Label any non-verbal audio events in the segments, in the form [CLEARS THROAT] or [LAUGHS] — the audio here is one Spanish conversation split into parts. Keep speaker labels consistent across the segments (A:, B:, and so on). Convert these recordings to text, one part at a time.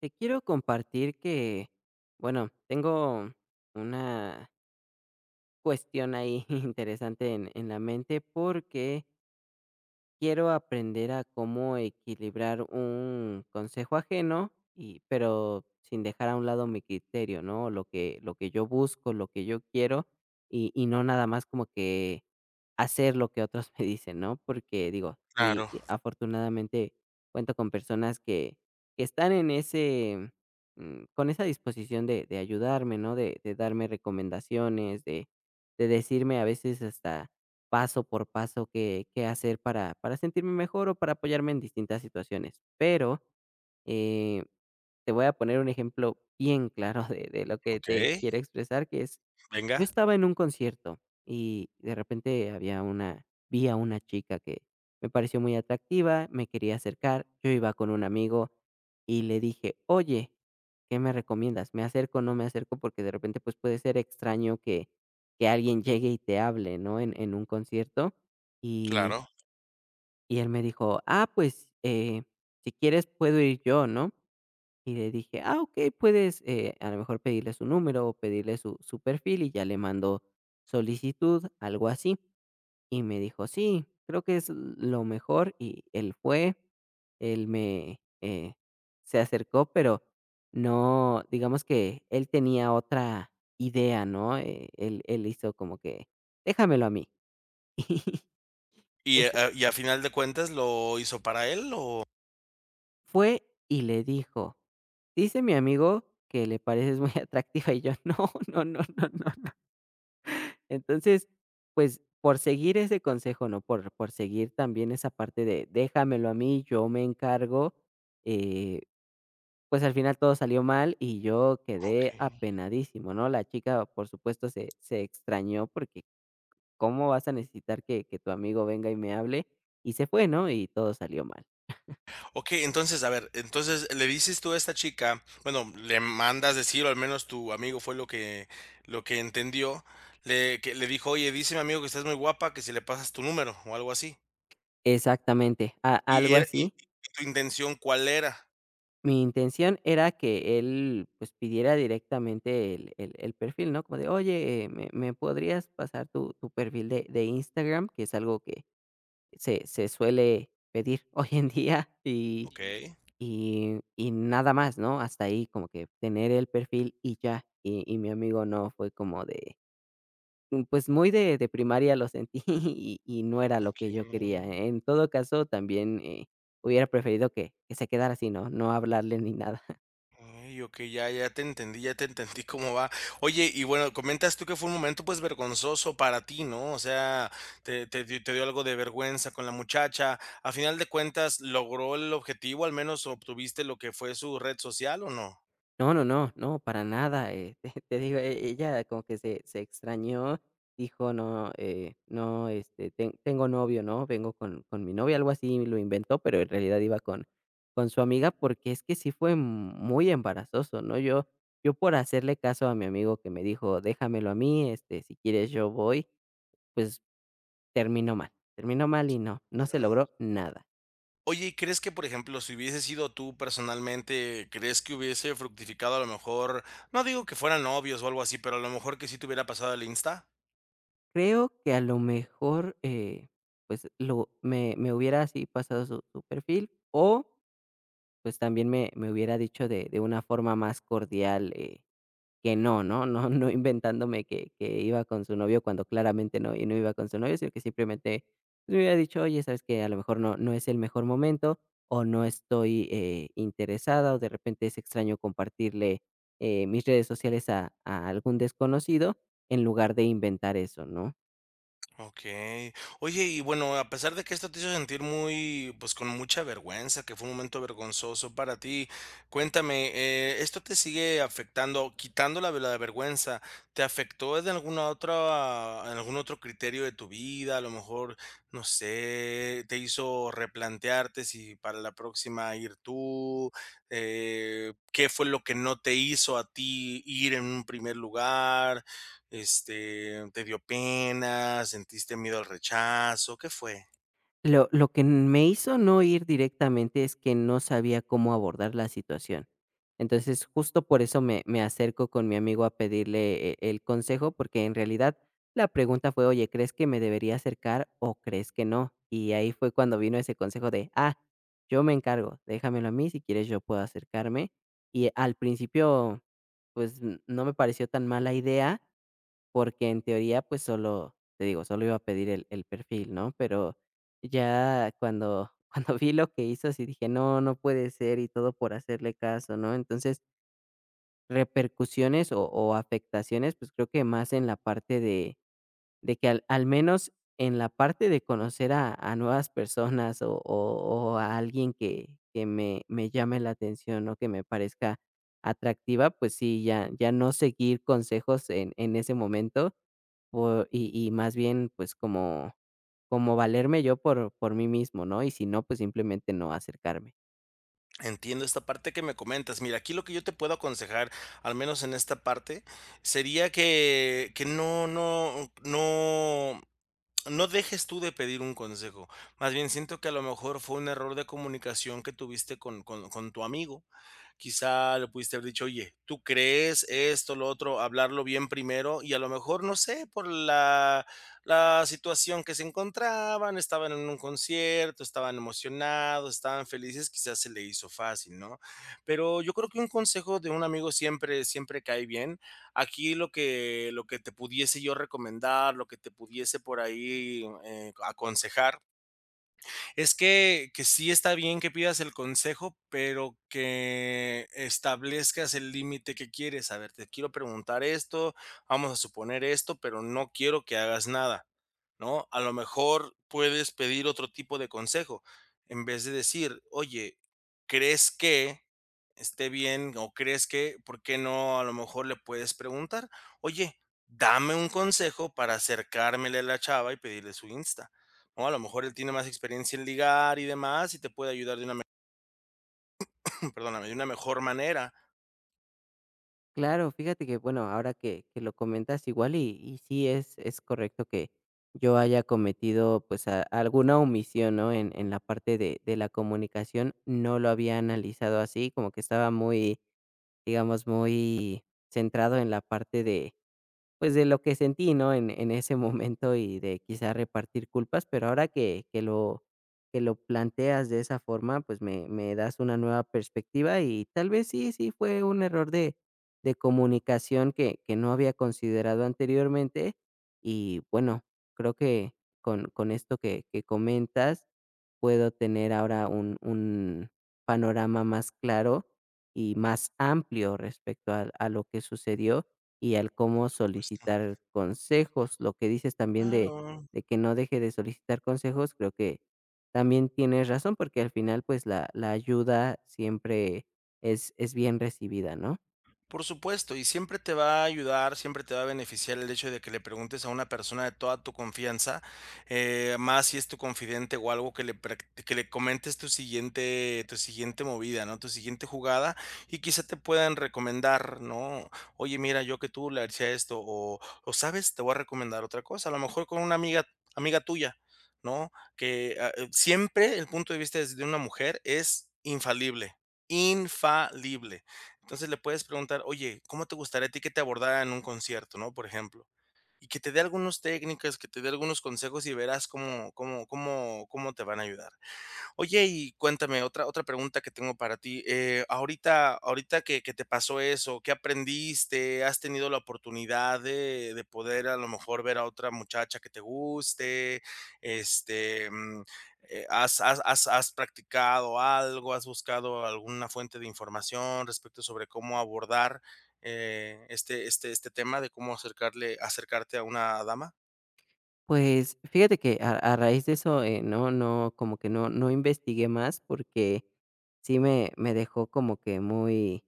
A: Te quiero compartir que, bueno, tengo una cuestión ahí [LAUGHS] interesante en la mente porque quiero aprender a cómo equilibrar un consejo ajeno y pero sin dejar a un lado mi criterio, ¿no? Lo que yo busco, lo que yo quiero, y no nada más como que hacer lo que otros [LAUGHS] me dicen, ¿no? Porque digo, y
B: Claro,
A: y afortunadamente cuento con personas que están en ese, con esa disposición de ayudarme, ¿no? De darme recomendaciones, de decirme a veces hasta paso por paso qué hacer para sentirme mejor o para apoyarme en distintas situaciones. Pero, eh, te voy a poner un ejemplo bien claro de lo que te
B: okey,
A: quiero expresar, que es yo
B: venga,
A: estaba en un concierto y de repente había una vi a una chica que me pareció muy atractiva, me quería acercar, yo iba con un amigo y le dije: "Oye, ¿qué me recomiendas? ¿Me acerco o no me acerco?", porque de repente, pues, puede ser extraño que alguien llegue y te hable, ¿no?, en un concierto, y
B: claro.
A: y él me dijo: "Ah, pues, si quieres puedo ir yo", ¿no? Y le dije: "Ah, okey, puedes, a lo mejor pedirle su número o pedirle su perfil, y ya le mando solicitud, algo así". Y me dijo: "Sí, creo que es lo mejor", y él fue, él me, se acercó, pero no, digamos que él tenía otra idea, ¿no? Él hizo como que: "Déjamelo a mí". [LAUGHS] Y
B: Y, ah, y a final de cuentas, ¿lo hizo para él o?
A: fue y le dijo: "Dice mi amigo que le pareces muy [LAUGHS] atractiva", y yo: "No, no, no, no". Entonces, pues, por seguir ese consejo, ¿no? Por seguir también esa parte de déjamelo a mí, yo me encargo, eh, pues, al final todo salió mal y yo quedé
B: Okey.
A: apenadísimo, ¿no? La chica, por supuesto, se se extrañó porque, ¿cómo vas a necesitar que tu amigo venga y me hable? Y se fue, ¿no? Y todo salió mal.
B: Okey, entonces, a ver, entonces le dices tú a esta chica, bueno, le mandas decir, o al menos tu amigo fue lo que entendió, le que le dijo: "Oye, dice mi amigo que estás muy guapa, que si le pasas tu número", o algo así.
A: Exactamente, a
B: Y
A: algo
B: y era y y
A: así.
B: tu intención, ¿cuál era?
A: Mi intención era que él, pues, pidiera directamente el perfil, ¿no? Como de: "Oye, ¿me podrías pasar tu perfil de Instagram?", que es algo que se se suele pedir [LAUGHS] hoy en día y
B: Okey.
A: y nada más, ¿no? Hasta ahí, como que tener el perfil y ya. Y mi amigo no, fue como de, pues, muy de primaria lo sentí, [LAUGHS] y no era lo que yo quería.
B: Okey.
A: En todo caso, también, hubiera preferido que se quedara así, ¿no? No hablarle ni nada.
B: Ay, ok, ya, ya te entendí cómo va. Oye, y bueno, comentas tú que fue un momento pues vergonzoso para ti, ¿no? O sea, te dio algo de vergüenza con la muchacha. A final de cuentas, ¿logró el objetivo? ¿Al menos obtuviste lo que fue su red social o no?
A: No, no, no, no, para nada, [LAUGHS] te digo, e ella como que se se extrañó, dijo: "No, no, este, tengo novio, ¿no? Vengo con mi novia", algo así lo inventó, pero en realidad iba con su amiga, porque es que sí fue muy embarazoso, ¿no? Yo por hacerle caso a mi amigo que me dijo: "Déjamelo a mí, este, si quieres yo voy", pues terminó mal y no, no se
B: No.
A: logró nada.
B: Oye, ¿y crees que, por ejemplo, si hubiese sido tú personalmente, crees que hubiese fructificado a lo mejor, no digo que fueran novios o algo así, pero a lo mejor que sí te hubiera pasado el Insta?
A: Creo que a lo mejor, pues, lo me hubiera así pasado su perfil, o, pues, también me hubiera dicho de una forma más cordial, que no, ¿no? No inventándome que iba con su novio cuando claramente no y no iba con su novio, sino que simplemente me hubiera dicho: "Oye, ¿sabes que a lo mejor no es el mejor momento, o no estoy, interesada, o de repente es extraño compartirle, mis redes sociales a algún desconocido", en lugar de inventar eso, ¿no?
B: Okey. Oye, y bueno, a pesar de que esto te hizo sentir muy, pues, con mucha vergüenza, que fue un momento vergonzoso para ti, cuéntame, ¿esto te sigue afectando? Quitando la vergüenza, ¿te afectó en alguna otra en algún otro criterio de tu vida? A lo mejor, no sé, ¿te hizo replantearte si para la próxima ir tú? ¿Qué fue lo que no te hizo a ti ir en un primer lugar? Este, ¿te dio pena? ¿Sentiste miedo al rechazo? ¿Qué fue?
A: Lo que me hizo no ir directamente es que no sabía cómo abordar la situación. Entonces, justo por eso me acerco con mi amigo a pedirle el consejo, porque en realidad la pregunta fue: "Oye, ¿crees que me debería acercar o crees que no?". Y ahí fue cuando vino ese consejo de: "Ah, yo me encargo, déjamelo a mí, si quieres yo puedo acercarme". Y al principio, pues, n no me pareció tan mala idea, porque en teoría, pues solo, te digo, solo iba a pedir el perfil, ¿no? Pero ya cuando [LAUGHS] cuando vi lo que hizo, sí dije: "No, no puede ser", y todo por hacerle caso, ¿no? Entonces, repercusiones o afectaciones, pues creo que más en la parte de que al menos en la parte de conocer a nuevas personas o a alguien que me llame la atención o que me parezca atractiva, pues sí, ya no seguir consejos en ese momento, po y más bien, pues, como como valerme yo por mí mismo, ¿no? Y si no, pues, simplemente no acercarme.
B: Entiendo esta parte que me comentas. Mira, aquí lo que yo te puedo aconsejar, al menos en esta parte, sería que no dejes tú de pedir un consejo. Más bien siento que a lo mejor fue un error de comunicación que tuviste con tu amigo. Quizá le pudiste haber dicho, oye, ¿tú crees esto, lo otro? Hablarlo bien primero y a lo mejor, no sé, por la situación que se encontraban, estaban en un concierto, estaban emocionados, estaban felices, quizás se le hizo fácil, ¿no? Pero yo creo que un consejo de un amigo siempre, siempre cae bien. Aquí lo que te pudiese yo recomendar, lo que te pudiese por ahí aconsejar es que sí está bien que pidas el consejo, pero que establezcas el límite que quieres. A ver, te quiero preguntar esto, vamos a suponer esto, pero no quiero que hagas nada, ¿no? A lo mejor puedes pedir otro tipo de consejo, en vez de decir: "Oye, ¿crees que esté bien o crees que?". ¿Por qué no? A lo mejor le puedes preguntar: "Oye, dame un consejo para acercármele a la chava y pedirle su Insta". ¿No? A lo mejor él tiene más experiencia en ligar y demás, y te puede ayudar de una me [CLEARS THROAT] [LAUGHS] perdóname, de una mejor manera.
A: Claro, fíjate que, bueno, ahora que lo comentas igual y sí es correcto que yo haya cometido pues alguna omisión, ¿no? En la parte de la comunicación, no lo había analizado así, como que estaba muy, digamos, muy centrado en la parte de, pues, de lo que sentí, ¿no? En ese momento y de quizá repartir culpas, pero ahora que lo planteas de esa forma, pues, me das una nueva perspectiva y tal vez sí, sí fue un error de comunicación que no había considerado anteriormente. Y bueno, creo que con esto que comentas, puedo tener ahora un panorama más claro y más amplio respecto a lo que sucedió y al cómo
B: Por supuesto.
A: solicitar consejos. Lo que dices también de
B: Claro.
A: de que no deje de solicitar consejos, creo que también tienes razón, porque al final, pues, la ayuda siempre es bien recibida, ¿no?
B: Por supuesto, y siempre te va a ayudar, siempre te va a beneficiar el hecho de que le preguntes a una persona de toda tu confianza, más si es tu confidente o algo que le comentes tu siguiente movida, ¿no? Tu siguiente jugada, y quizá te puedan recomendar, ¿no? Oye, mira, yo que tú le hacía esto, o sabes, te voy a recomendar otra cosa, a lo mejor con una amiga, amiga tuya, ¿no? Que siempre el punto de vista de una mujer es infalible, infalible. Entonces le puedes preguntar: "Oye, ¿cómo te gustaría a ti que te abordara en un concierto?", ¿no?, por ejemplo. Y que te dé algunas técnicas, que te dé algunos consejos y verás cómo te van a ayudar. Oye, y cuéntame otra pregunta que tengo para ti, ahorita que te pasó eso, ¿qué aprendiste? ¿Has tenido la oportunidad de poder, a lo mejor, ver a otra muchacha que te guste? Este, ¿has practicado algo? ¿Has buscado alguna fuente de información respecto sobre cómo abordar, este tema de cómo acercarle acercarte a una dama?
A: Pues, fíjate que a raíz de eso, no no, como que no investigué más, porque sí me dejó como que muy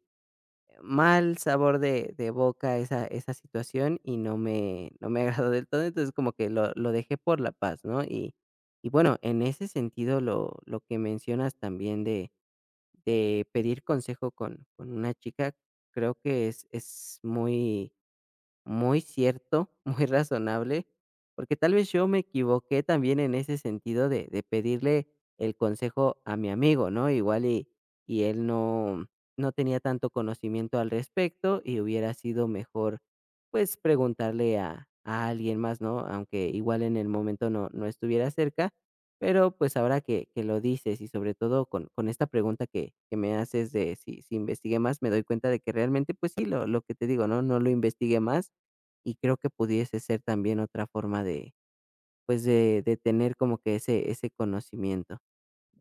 A: mal sabor de boca esa esa situación y no me [LAUGHS] agradó del todo, entonces como que lo dejé por la paz, ¿no? Y bueno, en ese sentido, lo que mencionas también de pedir consejo con una chica, creo que es muy muy cierto, [LAUGHS] muy razonable, porque tal vez yo me equivoqué también en ese sentido de pedirle el consejo a mi amigo, ¿no? Igual y él no, no tenía tanto conocimiento al respecto y hubiera sido mejor, pues, preguntarle a alguien más, ¿no? Aunque igual en el momento no, no estuviera cerca, pero pues ahora que lo dices y sobre todo con esta pregunta que me haces de si, si investigué más, me doy cuenta de que realmente, pues sí, lo que te digo, ¿no? No lo investigué más y creo que pudiese ser también otra forma de, pues, de tener como que ese ese conocimiento.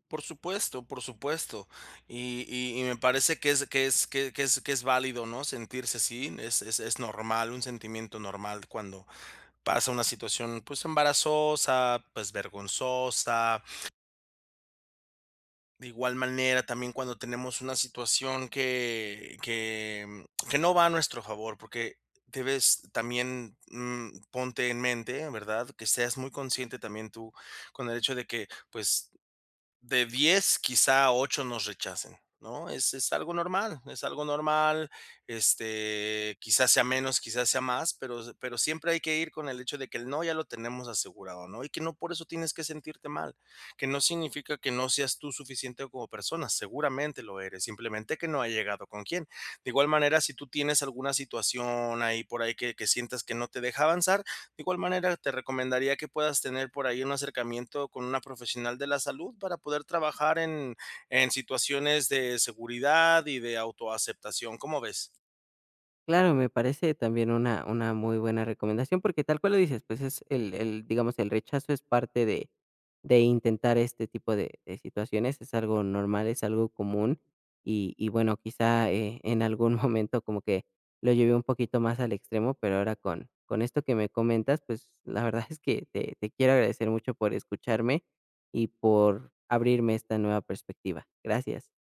B: Por supuesto, por supuesto. Y me parece que es que es válido, ¿no?, sentirse así, es normal, un sentimiento normal cuando pasa una situación, pues, embarazosa, pues, vergonzosa. De igual manera, también cuando tenemos una situación que no va a nuestro favor, porque debes también, ponte en mente, ¿verdad?, que seas muy consciente también tú con el hecho de que, pues de 10 quizá 8 nos rechacen, ¿no? Es algo normal, es algo normal, este, quizás sea menos, quizás sea más, pero siempre hay que ir con el hecho de que el no ya lo tenemos asegurado, ¿no? Y que no por eso tienes que sentirte mal, que no significa que no seas tú suficiente como persona, seguramente lo eres, simplemente que no ha llegado con quién. De igual manera, si tú tienes alguna situación ahí por ahí que sientas que no te deja avanzar, de igual manera, te recomendaría que puedas tener por ahí un acercamiento con una profesional de la salud para poder trabajar en situaciones de seguridad y de autoaceptación. ¿Cómo ves?
A: Claro, me parece también una muy buena recomendación, porque tal cual lo dices, pues, es el, digamos, el rechazo es parte de intentar este tipo de situaciones, es algo normal, es algo común, y bueno, quizá, en algún [LAUGHS] momento como que lo llevé un poquito más al extremo, pero ahora con esto que me comentas, pues, la verdad es que te quiero agradecer mucho por escucharme y por abrirme esta nueva perspectiva. Gracias.